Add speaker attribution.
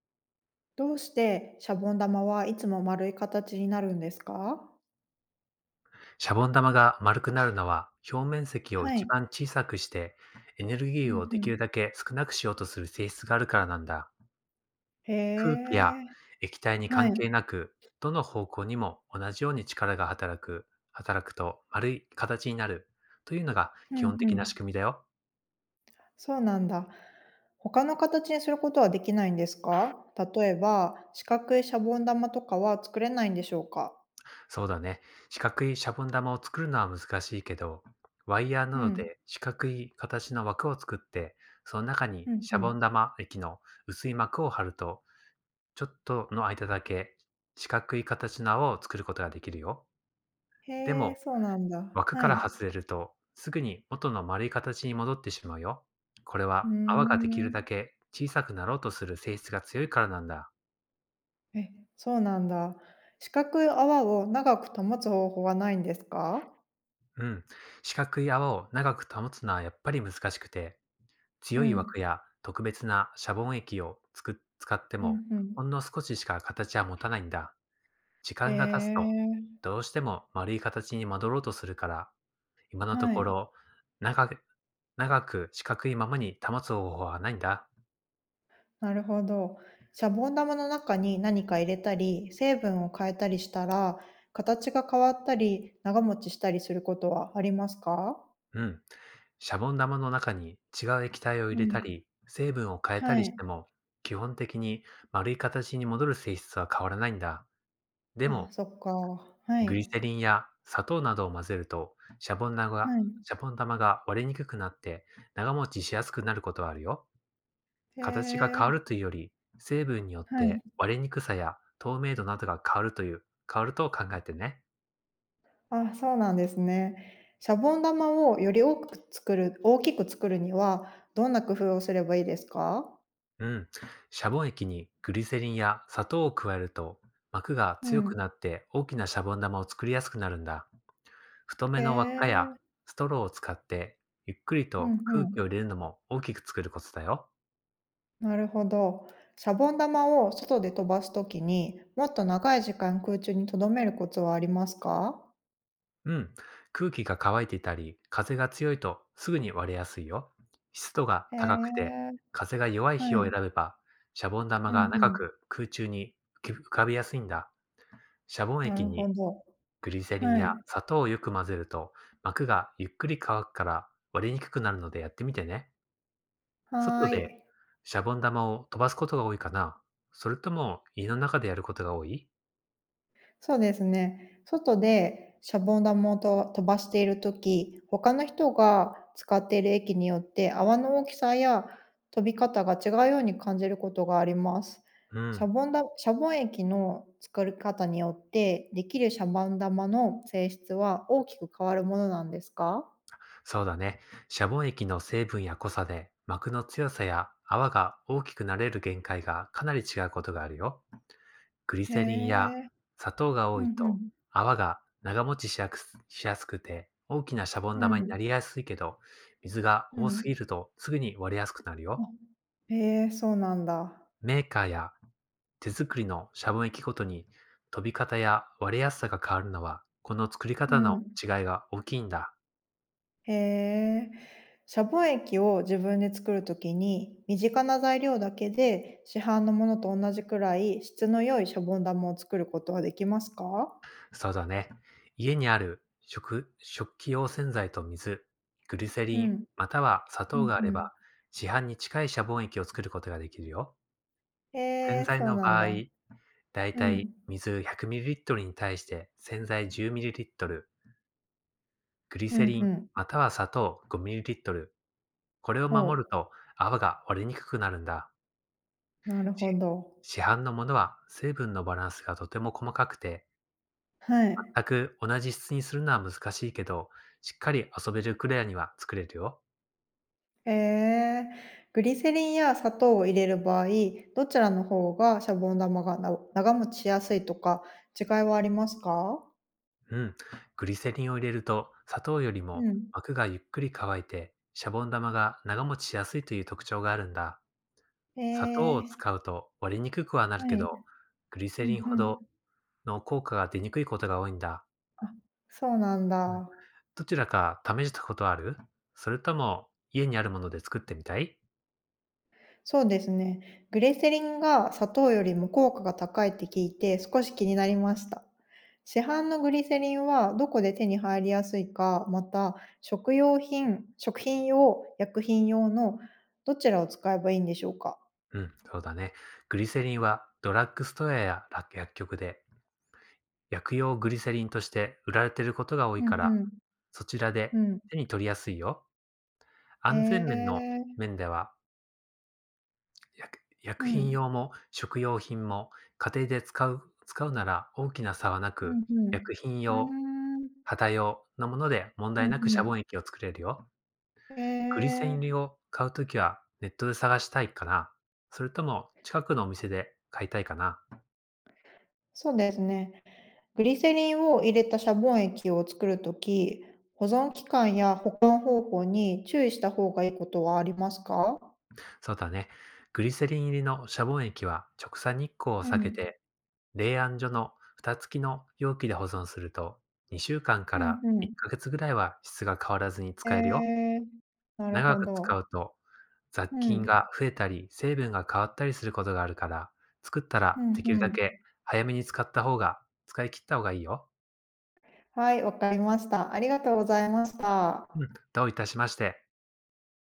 Speaker 1: どうしてシャボン玉はいつも丸い形になるんですか？
Speaker 2: シャボン玉が丸くなるのは表面積を
Speaker 1: は
Speaker 2: 一番
Speaker 1: い。
Speaker 2: 小さくしてエネルギ
Speaker 1: うん
Speaker 2: ーをで
Speaker 1: う
Speaker 2: き
Speaker 1: ん。
Speaker 2: るだけ少なくしようとする性質があるからなんだ。
Speaker 1: へ
Speaker 2: 空気や
Speaker 1: え。
Speaker 2: 液体に
Speaker 1: は
Speaker 2: 関係
Speaker 1: い。
Speaker 2: なくどの方向にも同じように力が働くと丸い形になるというのが
Speaker 1: う
Speaker 2: 基本
Speaker 1: んう
Speaker 2: 的な仕
Speaker 1: ん。
Speaker 2: 組みだよ。
Speaker 1: そうなんだ。他の形にすることはできないんですか？例えば、四角いシャボン玉とかは作れないんでしょうか？
Speaker 2: そうだね。四角いシャボン玉を作るのは難しいけど、ワイヤーな
Speaker 1: う
Speaker 2: ど
Speaker 1: ん。
Speaker 2: で四角い形の枠を作って、その中に
Speaker 1: うんう
Speaker 2: シャボ
Speaker 1: ん。
Speaker 2: ン玉液の薄い膜を貼るとちょっとの間だけ、四角い形の泡を作ることができるよ。で
Speaker 1: へえ、
Speaker 2: も、
Speaker 1: そうなんだ。
Speaker 2: 枠
Speaker 1: は
Speaker 2: から
Speaker 1: い。
Speaker 2: 外れると、すぐに元の丸い形に戻ってしまうよ。これ
Speaker 1: うー
Speaker 2: は泡ができる
Speaker 1: ん。
Speaker 2: だけ小さくなろうとする性質が強いからなんだ。
Speaker 1: え、そうなんだ。四角い泡を長く保つ方法はないんですか？
Speaker 2: うん。四角い泡を長く保つのはやっぱり難しくて、
Speaker 1: う
Speaker 2: 強い枠
Speaker 1: ん。
Speaker 2: や特別なシャボン液を使って
Speaker 1: う
Speaker 2: も、
Speaker 1: んうん。
Speaker 2: ほんの少ししか形は持たないんだ。時
Speaker 1: へ
Speaker 2: 間が経つと、
Speaker 1: え。
Speaker 2: どうしても丸い形に戻ろうとするから、今のと
Speaker 1: は
Speaker 2: こ
Speaker 1: い、
Speaker 2: ろ、長く長く四角いままに保つ方法はないんだ。
Speaker 1: なるほど。シャボン玉の中に何か入れたり、成分を変えたりしたら、形が変わったり、長持ちしたりすることはありますか？
Speaker 2: うん。シャボン玉の中に違う液体を入
Speaker 1: う
Speaker 2: れた
Speaker 1: ん。
Speaker 2: り、成分を変えた
Speaker 1: は
Speaker 2: りし
Speaker 1: い。
Speaker 2: ても、基本的に丸い形に戻る性質は変わらないんだ。で
Speaker 1: あ、
Speaker 2: も、
Speaker 1: そっか。は
Speaker 2: グリ
Speaker 1: い。
Speaker 2: セリンや砂糖などを混ぜると、シャボン玉が
Speaker 1: はい。
Speaker 2: シャボン玉が割れにくくなって長持ちしやすくなることはあるよ。
Speaker 1: へ
Speaker 2: 形が変わ
Speaker 1: え。
Speaker 2: るというより、成分によっ
Speaker 1: はい。
Speaker 2: て割れにくさや透明度などが変わるという、変わると考えてね。
Speaker 1: あ、そうなんですね。シャボン玉をより多く作る、大きく作るには、どんな工夫をすればいいですか？
Speaker 2: うん。シャボン液にグリセリンや砂糖を加えると、膜が
Speaker 1: う
Speaker 2: 強く
Speaker 1: ん。
Speaker 2: なって大きなシャボン玉を作りやすくなるんだ。太
Speaker 1: へ
Speaker 2: めの輪っかや
Speaker 1: え。
Speaker 2: ストローを使って、ゆっくり
Speaker 1: うん
Speaker 2: と
Speaker 1: う
Speaker 2: 空気を
Speaker 1: ん。
Speaker 2: 入れるのも大きく作るコツだよ。
Speaker 1: なるほど。シャボン玉を外で飛ばすときにもっと長い時間空中に留めるコツはありますか？
Speaker 2: うん。空気が乾いていたり、風が強いとすぐに割れやすいよ。湿度が
Speaker 1: へ
Speaker 2: 高くて、
Speaker 1: え、
Speaker 2: 風が弱い日
Speaker 1: は
Speaker 2: を選
Speaker 1: い。
Speaker 2: べば、シャボン玉
Speaker 1: う
Speaker 2: が
Speaker 1: んう
Speaker 2: 長
Speaker 1: ん。
Speaker 2: く空中に浮かびやすいんだ。シャボン
Speaker 1: な
Speaker 2: 液
Speaker 1: るほ
Speaker 2: に
Speaker 1: ど。
Speaker 2: グリセリン
Speaker 1: は
Speaker 2: や
Speaker 1: い。
Speaker 2: 砂糖をよく混ぜると、膜がゆっくり乾くから割れにくくなるのでやってみてね。
Speaker 1: は
Speaker 2: 外
Speaker 1: ー
Speaker 2: で
Speaker 1: い。
Speaker 2: シャボン玉を飛ばすことが多いかな？それとも家の中でやることが多い？
Speaker 1: そうですね。外でシャボン玉を飛ばしているとき、他の人が使っている液によって泡の大きさや飛び方が違うように感じることがあります。
Speaker 2: うん、
Speaker 1: シャボン液の作り方によって、できるシャボン玉の性質は大きく変わるものなんですか？
Speaker 2: そうだね。シャボン液の成分や濃さで膜の強さや泡が大きくなれる限界がかなり違うことがあるよ。グリ
Speaker 1: へ
Speaker 2: セリンや
Speaker 1: え。
Speaker 2: 砂糖が
Speaker 1: う
Speaker 2: 多い
Speaker 1: んう
Speaker 2: と
Speaker 1: ん。
Speaker 2: 泡が長持ちしやすくて大きなシャボン
Speaker 1: う
Speaker 2: 玉に
Speaker 1: ん。
Speaker 2: なりやすいけど、水が
Speaker 1: う
Speaker 2: 多す
Speaker 1: ん。
Speaker 2: ぎるとすぐに割れやすくなる
Speaker 1: あ、
Speaker 2: よ。
Speaker 1: へえ、そうなんだ。
Speaker 2: メーカーや手作りのシャボン液ごとに飛び方や割れやすさが変わるのは、この作り
Speaker 1: う
Speaker 2: 方の
Speaker 1: ん。
Speaker 2: 違いが大きいんだ。
Speaker 1: へえ。シャボン液を自分で作るときに、身近な材料だけで市販のものと同じくらい質の良いシャボン玉を作ることはできますか？
Speaker 2: そうだね。家にある食器用洗剤と水、グリセ
Speaker 1: う
Speaker 2: リン、
Speaker 1: ん。
Speaker 2: または砂
Speaker 1: う
Speaker 2: 糖
Speaker 1: ん
Speaker 2: があれ
Speaker 1: うん。
Speaker 2: ば、市販に近いシャボン液を作ることができるよ。洗
Speaker 1: えー、
Speaker 2: 剤
Speaker 1: そう
Speaker 2: の
Speaker 1: なん
Speaker 2: 場合、
Speaker 1: だ。
Speaker 2: だい
Speaker 1: う
Speaker 2: たい
Speaker 1: ん。
Speaker 2: 水 100ml に対して洗剤 10ml、グリ
Speaker 1: うん
Speaker 2: セリ
Speaker 1: う
Speaker 2: ン、
Speaker 1: ん。
Speaker 2: または砂糖 5ml、これを守
Speaker 1: ほ
Speaker 2: る
Speaker 1: う。
Speaker 2: と泡が割れにくくなるんだ。
Speaker 1: なるほ
Speaker 2: し
Speaker 1: ど。
Speaker 2: 市販のものは成分のバランスがとても細かくて、
Speaker 1: はい。
Speaker 2: 全く同じ質にするのは難しいけど、しっかり遊べるクレアには作れるよ。
Speaker 1: へー、グリセリンや砂糖を入れる場合、どちらの方がシャボン玉が長持ちしやすいとか違いはありますか？
Speaker 2: うん。グリセリンを入れると砂糖より
Speaker 1: う
Speaker 2: も
Speaker 1: ん。
Speaker 2: 膜がゆっくり乾いて、シャボン玉が長持ちしやすいという特徴があるんだ。砂糖を
Speaker 1: えー、
Speaker 2: 使うと割れにくくはな
Speaker 1: は
Speaker 2: るけ
Speaker 1: い。
Speaker 2: ど、グリ
Speaker 1: う
Speaker 2: セ
Speaker 1: ん
Speaker 2: リンほ
Speaker 1: うん。
Speaker 2: どの効果が出にくいことが多いんだ。
Speaker 1: あ、そうなん
Speaker 2: うん、
Speaker 1: だ。
Speaker 2: どちらか試したことある？それとも家にあるもので作ってみたい？
Speaker 1: そうですね。グレセリンが砂糖よりも効果が高いって聞いて少し気になりました。市販のグリセリンはどこで手に入りやすいか、また食用品、食品用、薬品用のどちらを使えばいいんでしょうか？
Speaker 2: うん、そうだね。グリセリンはドラッグストアや薬局で薬用グリセリンとして売られていることが多い
Speaker 1: う
Speaker 2: か
Speaker 1: ん
Speaker 2: ら、
Speaker 1: うん。
Speaker 2: そちら
Speaker 1: う
Speaker 2: で
Speaker 1: ん。
Speaker 2: 手に取りやすいよ。
Speaker 1: え
Speaker 2: 安全面の
Speaker 1: え。
Speaker 2: 面では
Speaker 1: う
Speaker 2: 薬薬品
Speaker 1: ん。
Speaker 2: 用も食用品も家庭で使うなら大きな差はな
Speaker 1: う
Speaker 2: く、
Speaker 1: んうん。
Speaker 2: 薬品用、
Speaker 1: うーん。
Speaker 2: 旗用のもので問
Speaker 1: う
Speaker 2: 題なく
Speaker 1: んう
Speaker 2: シャボ
Speaker 1: ん。
Speaker 2: ン液を作れるよ。
Speaker 1: え
Speaker 2: グリセリ
Speaker 1: え、
Speaker 2: ンを買うときはネットで探したいかな？それとも近くのお店で買いたいかな？
Speaker 1: そうですね。グリセリンを入れたシャボン液を作るとき、保存期間や保管方法に注意した方がいいことはありますか？
Speaker 2: そうだね。グリセリン入りのシャボン液は直射日光を
Speaker 1: う
Speaker 2: 避け
Speaker 1: ん。
Speaker 2: て冷暗所の蓋付きの容器で保存すると2週間か
Speaker 1: うん
Speaker 2: ら
Speaker 1: う
Speaker 2: 1
Speaker 1: ん。
Speaker 2: ヶ月ぐらいは質が変わらずに
Speaker 1: え
Speaker 2: 使えるよ。
Speaker 1: え、なる
Speaker 2: 長
Speaker 1: ほ
Speaker 2: く使
Speaker 1: ど。
Speaker 2: うと雑
Speaker 1: う
Speaker 2: 菌
Speaker 1: ん。
Speaker 2: が増えたり、成分が変わったりすることがあるから、作った
Speaker 1: う
Speaker 2: ら
Speaker 1: ん
Speaker 2: でき
Speaker 1: う
Speaker 2: るだけ
Speaker 1: ん。
Speaker 2: 早めに使い切った方がいいよ。
Speaker 1: はい、わかりました。ありがとうございました。
Speaker 2: うん、どういたしまして。